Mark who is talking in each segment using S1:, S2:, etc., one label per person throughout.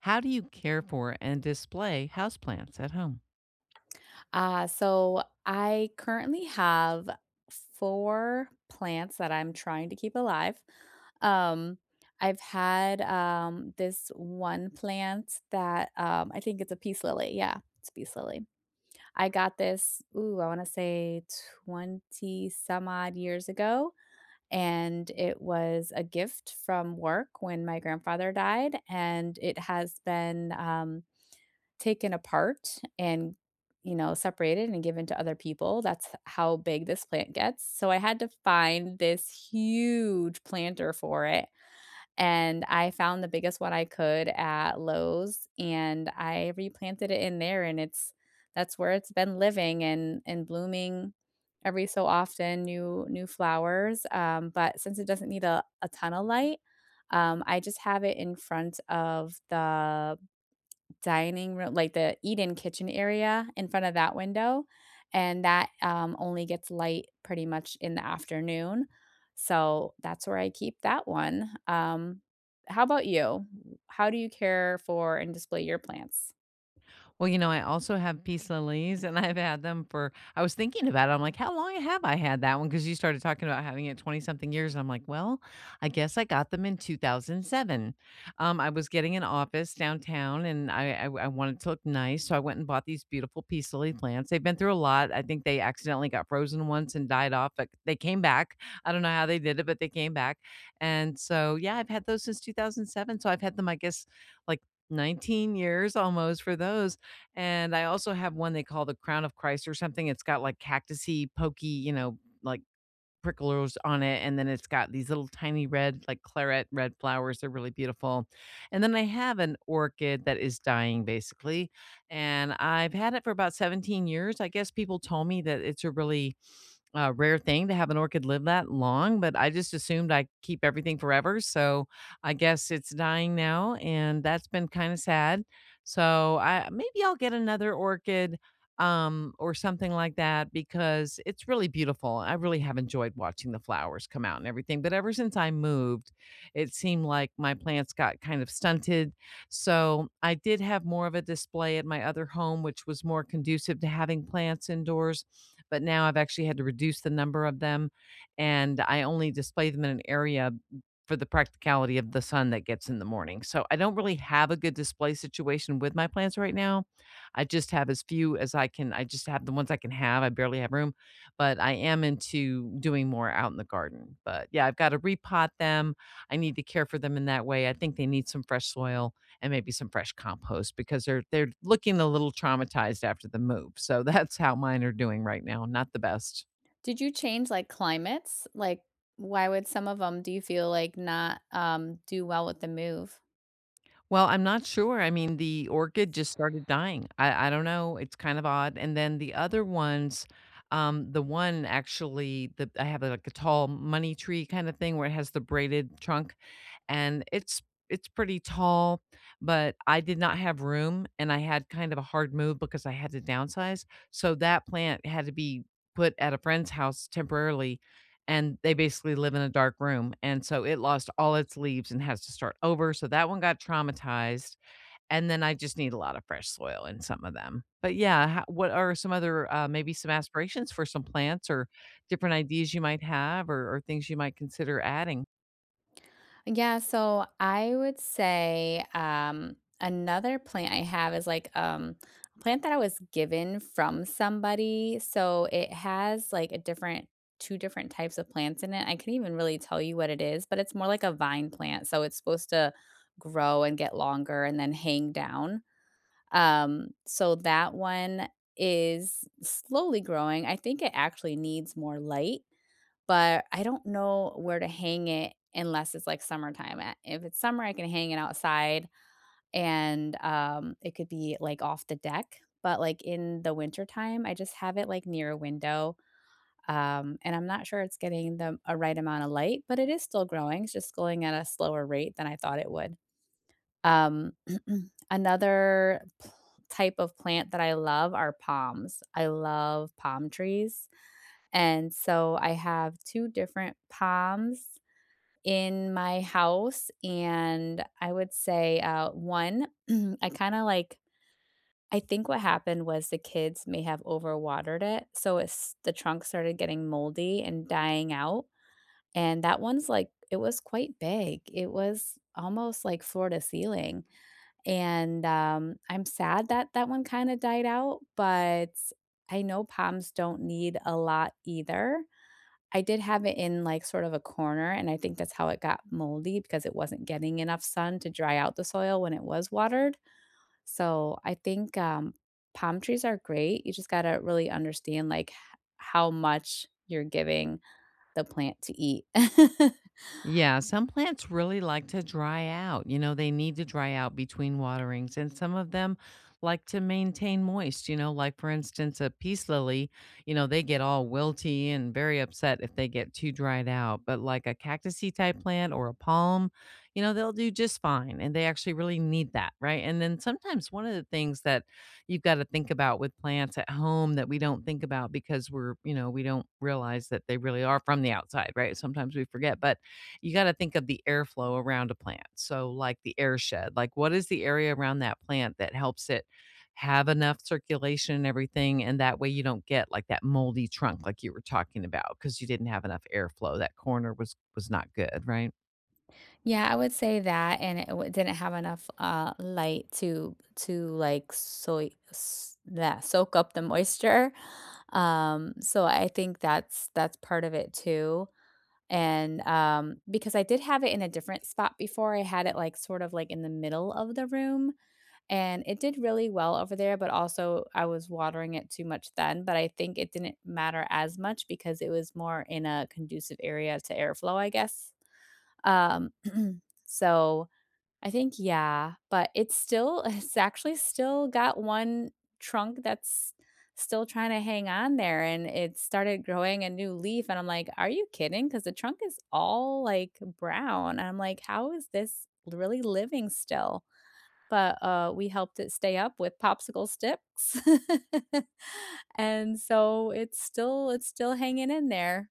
S1: How do you care for and display houseplants at home?
S2: So I currently have 4 plants that I'm trying to keep alive. Um, I've had, this one plant that, I think it's a peace lily, yeah, it's a peace lily. I got this, ooh, I wanna say 20 some odd years ago, and it was a gift from work when my grandfather died, and it has been, taken apart and, separated and given to other people. That's how big this plant gets. So I had to find this huge planter for it. And I found the biggest one I could at Lowe's and I replanted it in there. And it's That's where it's been living and blooming every so often new flowers, but since it doesn't need a ton of light, I just have it in front of the dining room, like, the eat-in kitchen area in front of that window, and that, only gets light pretty much in the afternoon, so that's where I keep that one. How about you? How do you care for and display your plants?
S1: Well, you know, I also have Peace Lilies and I've had them for I was thinking about it. I'm like, how long have I had that one? Because you started talking about having it 20 something years. And I'm like, well, I guess I got them in 2007. I was getting an office downtown and I wanted it to look nice. So I went and bought these beautiful Peace Lily plants. They've been through a lot. I think they accidentally got frozen once and died off, but they came back. I don't know how they did it, but they came back. And so, yeah, I've had those since 2007. So I've had them, I guess, like 19 years almost for those, and I also have one they call the Crown of Christ or something. It's got like cactusy, pokey, you know, like pricklers on it. And then it's got these little tiny red, like claret red flowers. They're really beautiful. And then I have an orchid that is dying basically. And I've had it for about 17 years. I guess people told me that it's a really a rare thing to have an orchid live that long, but I just assumed I keep everything forever. So I guess it's dying now, and that's been kind of sad. So I maybe I'll get another orchid or something like that because it's really beautiful. I really have enjoyed watching the flowers come out and everything. But ever since I moved, it seemed like my plants got kind of stunted, so I did have more of a display at my other home, which was more conducive to having plants indoors. But now I've actually had to reduce the number of them, and I only display them in an area for the practicality of the sun that gets in the morning. So I don't really have a good display situation with my plants right now. I just have as few as I can. I just have the ones I can have. I barely have room, but I am into doing more out in the garden. But yeah, I've got to repot them. I need to care for them in that way. I think they need some fresh soil and maybe some fresh compost because they're looking a little traumatized after the move. So that's how mine are doing right now. Not the best.
S2: Did you change, like, climates? Like, why would some of them, do you feel like, not, do well with the move?
S1: Well, I'm not sure. I mean, the orchid just started dying. I don't know. It's kind of odd. And then the other ones, the one actually, the I have like a tall money tree kind of thing where it has the braided trunk, and it's pretty tall, but I did not have room, and I had kind of a hard move because I had to downsize, so that plant had to be put at a friend's house temporarily, and they basically live in a dark room, and so it lost all its leaves and has to start over, so that one got traumatized, and then I just need a lot of fresh soil in some of them. But yeah, ho what are some other, maybe some aspirations for some plants or different ideas you might have or things you might consider adding?
S2: Yeah, so I would say, another plant I have is like, a plant that I was given from somebody. So it has like a different, two different types of plants in it. I can not even really tell you what it is, but it's more like a vine plant. So it's supposed to grow and get longer and then hang down. So that one is slowly growing. I think it actually needs more light, but I don't know where to hang it unless it's, like, summertime. A If it's summer, I can hang it outside and, it could be, like, off the deck, but, like, in the wintertime, I just have it, like, near a window, and I'm not sure it's getting the a right amount of light, but it is still growing, it's just growing at a slower rate than I thought it would. Um, another pl type of plant that I love are palms. I love palm trees, and so I have 2 different palms in my house, and I would say, 1, I kinda, like, I think what happened was the kids may have overwatered it, so it's the trunk started getting moldy and dying out, and that one's, like, it was quite big. It was almost, like, floor to ceiling, and, I'm sad that that one kinda died out, but I know palms don't need a lot either. I did have it in, like, sort of a corner, and I think that's how it got moldy because it wasn't getting enough sun to dry out the soil when it was watered. So, I think, palm trees are great. You just gotta really understand, like, h how much you're giving the plant to eat.
S1: Yeah, some plants really like to dry out. You know, they need to dry out between waterings, and some of them like to maintain moist. You know, like for instance, a peace lily, you know, they get all wilty and very upset if they get too dried out. But like a cactusy type plant or a palm, you know, they'll do just fine. And they actually really need that, right? And then sometimes one of the things that you've got to think about with plants at home that we don't think about because we're, you know, we don't realize that they really are from the outside, right? Sometimes we forget. But you got to think of the airflow around a plant. So, like the air shed, like what is the area around that plant that helps it have enough circulation and everything? And that way you don't get like that moldy trunk, like you were talking about, because you didn't have enough airflow. That corner was not good, right?
S2: Yeah, I would say that, and it w didn't have enough, light to like, soy s that soak up the moisture. So I think that's part of it too. And, because I did have it in a different spot before, I had it, like, sort of, like, in the middle of the room, and it did really well over there, but also I was watering it too much then, but I think it didn't matter as much because it was more in a conducive area to airflow, I guess. Um, so I think, yeah, but it's still it's actually still got one trunk that's still trying to hang on there, and it started growing a new leaf and I'm like, "Are you kidding?" Because the trunk is all, like, brown. And I'm like, "How is this really living still?" But, we helped it stay up with popsicle sticks. And so it's still hanging in there.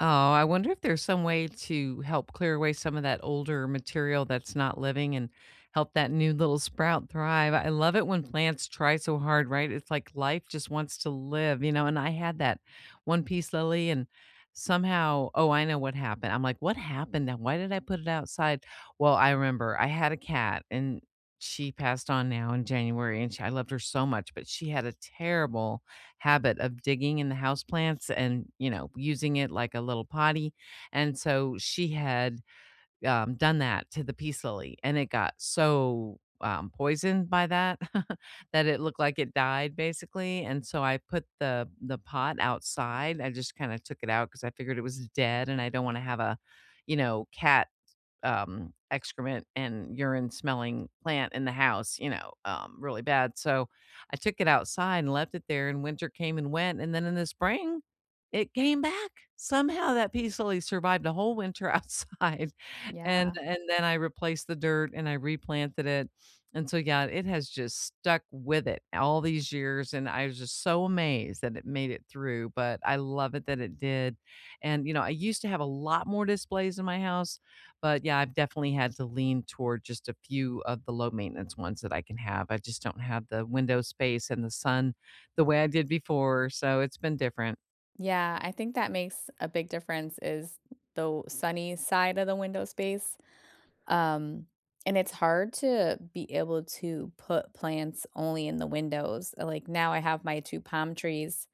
S1: Oh, I wonder if there's some way to help clear away some of that older material that's not living and help that new little sprout thrive. I love it when plants try so hard, right? It's like life just wants to live, you know. And I had that one piece lily, and somehow, oh, I know what happened. I'm like, what happened now? Why did I put it outside? Well, I remember I had a cat, and she passed on now in January, and she, I loved her so much, but she had a terrible habit of digging in the houseplants and, you know, using it like a little potty, and so she had, done that to the peace lily, and it got so, poisoned by that, that it looked like it died basically, and so I put the pot outside. I just kinda took it out because I figured it was dead, and I don't wanna have a, you know, cat excrement and urine smelling plant in the house, you know, really bad. So I took it outside and left it there, and winter came and went. And then in the spring, it came back. Somehow that piece only survived a whole winter outside. And
S2: Yeah.
S1: and then I replaced the dirt and I replanted it. And so yeah, it has just stuck with it all these years. And I was just so amazed that it made it through. But I love it that it did. And you know, I used to have a lot more displays in my house, but yeah, I've definitely had to lean toward just a few of the low maintenance ones that I can have. I just don't have the window space and the sun the way I did before. So it's been different.
S2: Yeah, I think that makes a big difference is the sunny side of the window space. Um, and it's hard to be able to put plants only in the windows. Like now I have my two palm trees,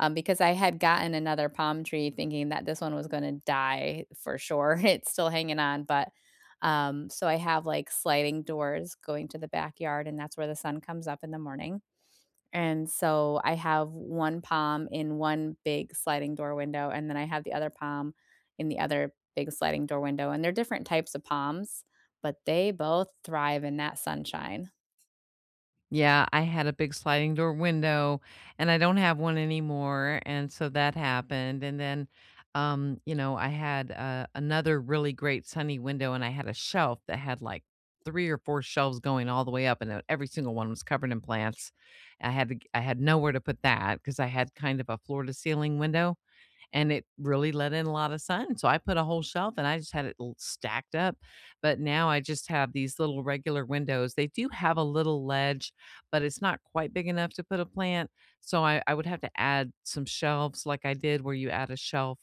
S2: because I had gotten another palm tree thinking that this one was going to die for sure. It's still hanging on, but, so I have like sliding doors going to the backyard, and that's where the sun comes up in the morning. And so I have one palm in one big sliding door window, and then I have the other palm in the other big sliding door window, and they're different types of palms, but they both thrive in that sunshine.
S1: Yeah, I had a big sliding door window and I don't have one anymore. And so that happened. And then, you know, I had another really great sunny window and I had a shelf that had like three or four shelves going all the way up, and every single one was covered in plants. I had to, I had nowhere to put that because I had kind of a floor to ceiling window and it really let in a lot of sun. So I put a whole shelf and I just had it stacked up. But now I just have these little regular windows. They do have a little ledge, but it's not quite big enough to put a plant. So I would have to add some shelves like I did where you add a shelf,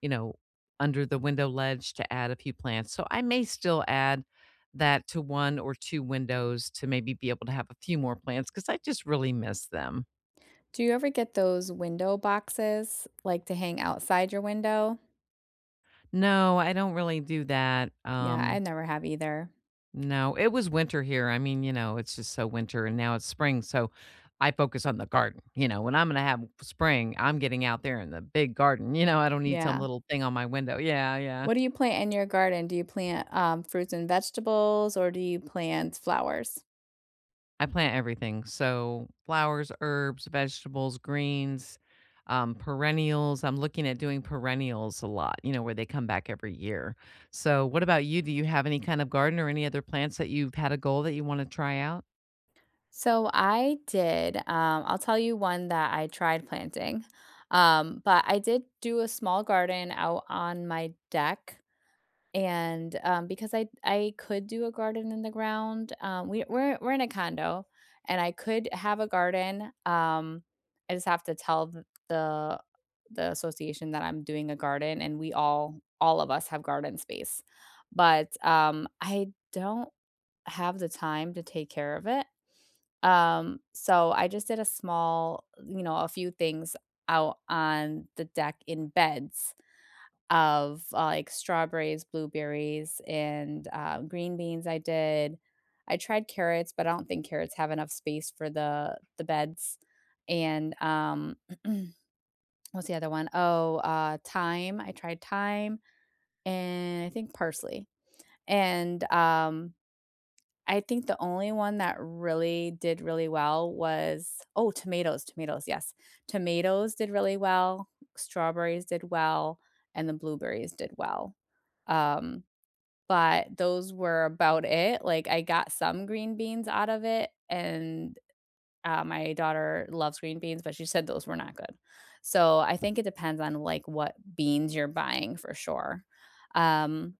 S1: you know, under the window ledge to add a few plants. So I may still add that to one or two windows to maybe be able to have a few more plants because I just really miss them.
S2: Do you ever get those window boxes, like, to hang outside your window?
S1: No, I don't really do that.
S2: Yeah, I never have either.
S1: No, it was winter here. I mean, you know, it's just so winter and now it's spring. So I focus on the garden. You know, when I'm going to have spring, I'm getting out there in the big garden. You know, I don't need some
S2: Yeah.
S1: little thing on my window. Yeah, yeah.
S2: What do you plant in your garden? Do you plant, fruits and vegetables, or do you plant flowers?
S1: I plant everything. So flowers, herbs, vegetables, greens, perennials. I'm looking at doing perennials a lot, you know, where they come back every year. So what about you? Do you have any kind of garden or any other plants that you've had a goal that you want to try out?
S2: So I did. I'll tell you one that I tried planting. But I did do a small garden out on my deck. And because I could do a garden in the ground, we're in a condo, and I could have a garden. I just have to tell the association that I'm doing a garden, and we all of us have garden space. But I don't have the time to take care of it, so I just did a small, you know, a few things out on the deck in beds of, like, strawberries, blueberries, and, green beans I did. I tried carrots, but I don't think carrots have enough space for the beds, and, what's the other one? Oh, thyme, I tried thyme, and I think parsley, and, I think the only one that really did really well was, oh, tomatoes, tomatoes, yes. Tomatoes did really well, strawberries did well, and the blueberries did well. Um, but those were about it. Like I got some green beans out of it, and my daughter loves green beans, but she said those were not good. So I think it depends on like what beans you're buying, for sure. Um,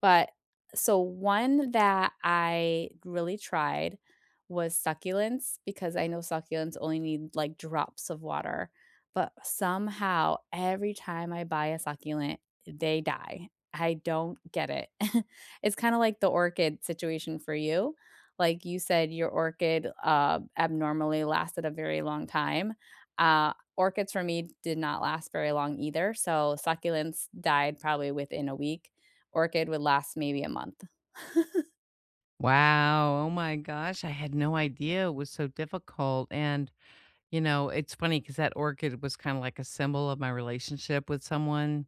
S2: but one that I really tried was succulents because I know succulents only need like drops of water. But somehow every time I buy a succulent, they die. I don't get it. It's kind of like the orchid situation for you. Like you said, your orchid, abnormally lasted a very long time. Orchids for me did not last very long either. So succulents died probably within a week, orchid would last maybe a month.
S1: Wow. Oh my gosh. I had no idea it was so difficult. And, you know, it's funny because that orchid was kind of like a symbol of my relationship with someone.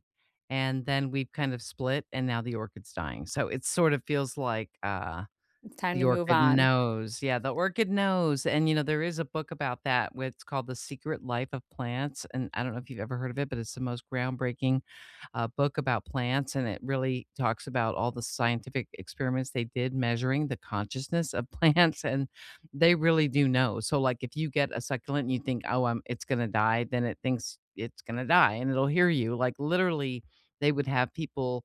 S1: And then we've kind of split and now the orchid's dying. So it sort of feels like
S2: It's time
S1: the
S2: to move
S1: orchid
S2: on.
S1: knows. Yeah, the orchid knows, and, you know, there is a book about that where it's called The Secret Life of Plants, and I don't know if you've ever heard of it, but it's the most groundbreaking, book about plants, and it really talks about all the scientific experiments they did measuring the consciousness of plants, and they really do know. So, like, if you get a succulent and you think, "Oh, it's gonna die," then it thinks it's gonna die, and it'll hear you. Like, literally, they would have people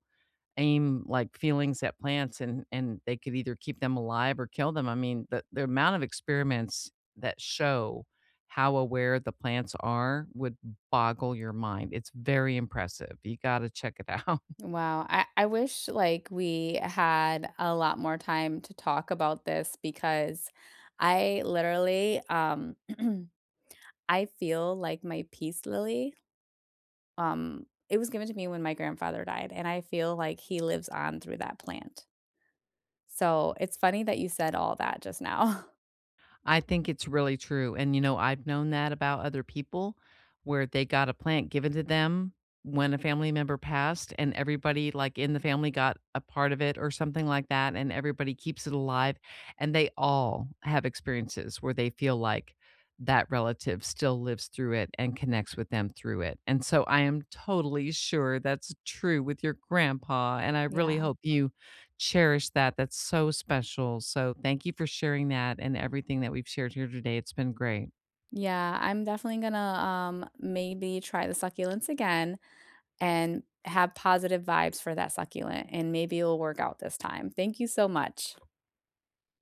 S1: aim like feelings at plants and they could either keep them alive or kill them. I mean, the amount of experiments that show how aware the plants are would boggle your mind. It's very impressive. You got to check it out.
S2: Wow, I wish, like, we had a lot more time to talk about this because I literally, I feel like my peace lily, it was given to me when my grandfather died, and I feel like he lives on through that plant. So, it's funny that you said all that just now.
S1: I think it's really true, and, you know, I've known that about other people where they got a plant given to them when a family member passed, and everybody, like, in the family got a part of it or something like that, and everybody keeps it alive, and they all have experiences where they feel like that relative still lives through it and connects with them through it, and so I am totally sure that's true with your grandpa, and I really
S2: Yeah.
S1: hope you cherish that. That's so special. So thank you for sharing that and everything that we've shared here today. It's been great.
S2: Yeah, I'm definitely gonna, maybe try the succulents again and have positive vibes for that succulent and maybe it'll work out this time. Thank you so much.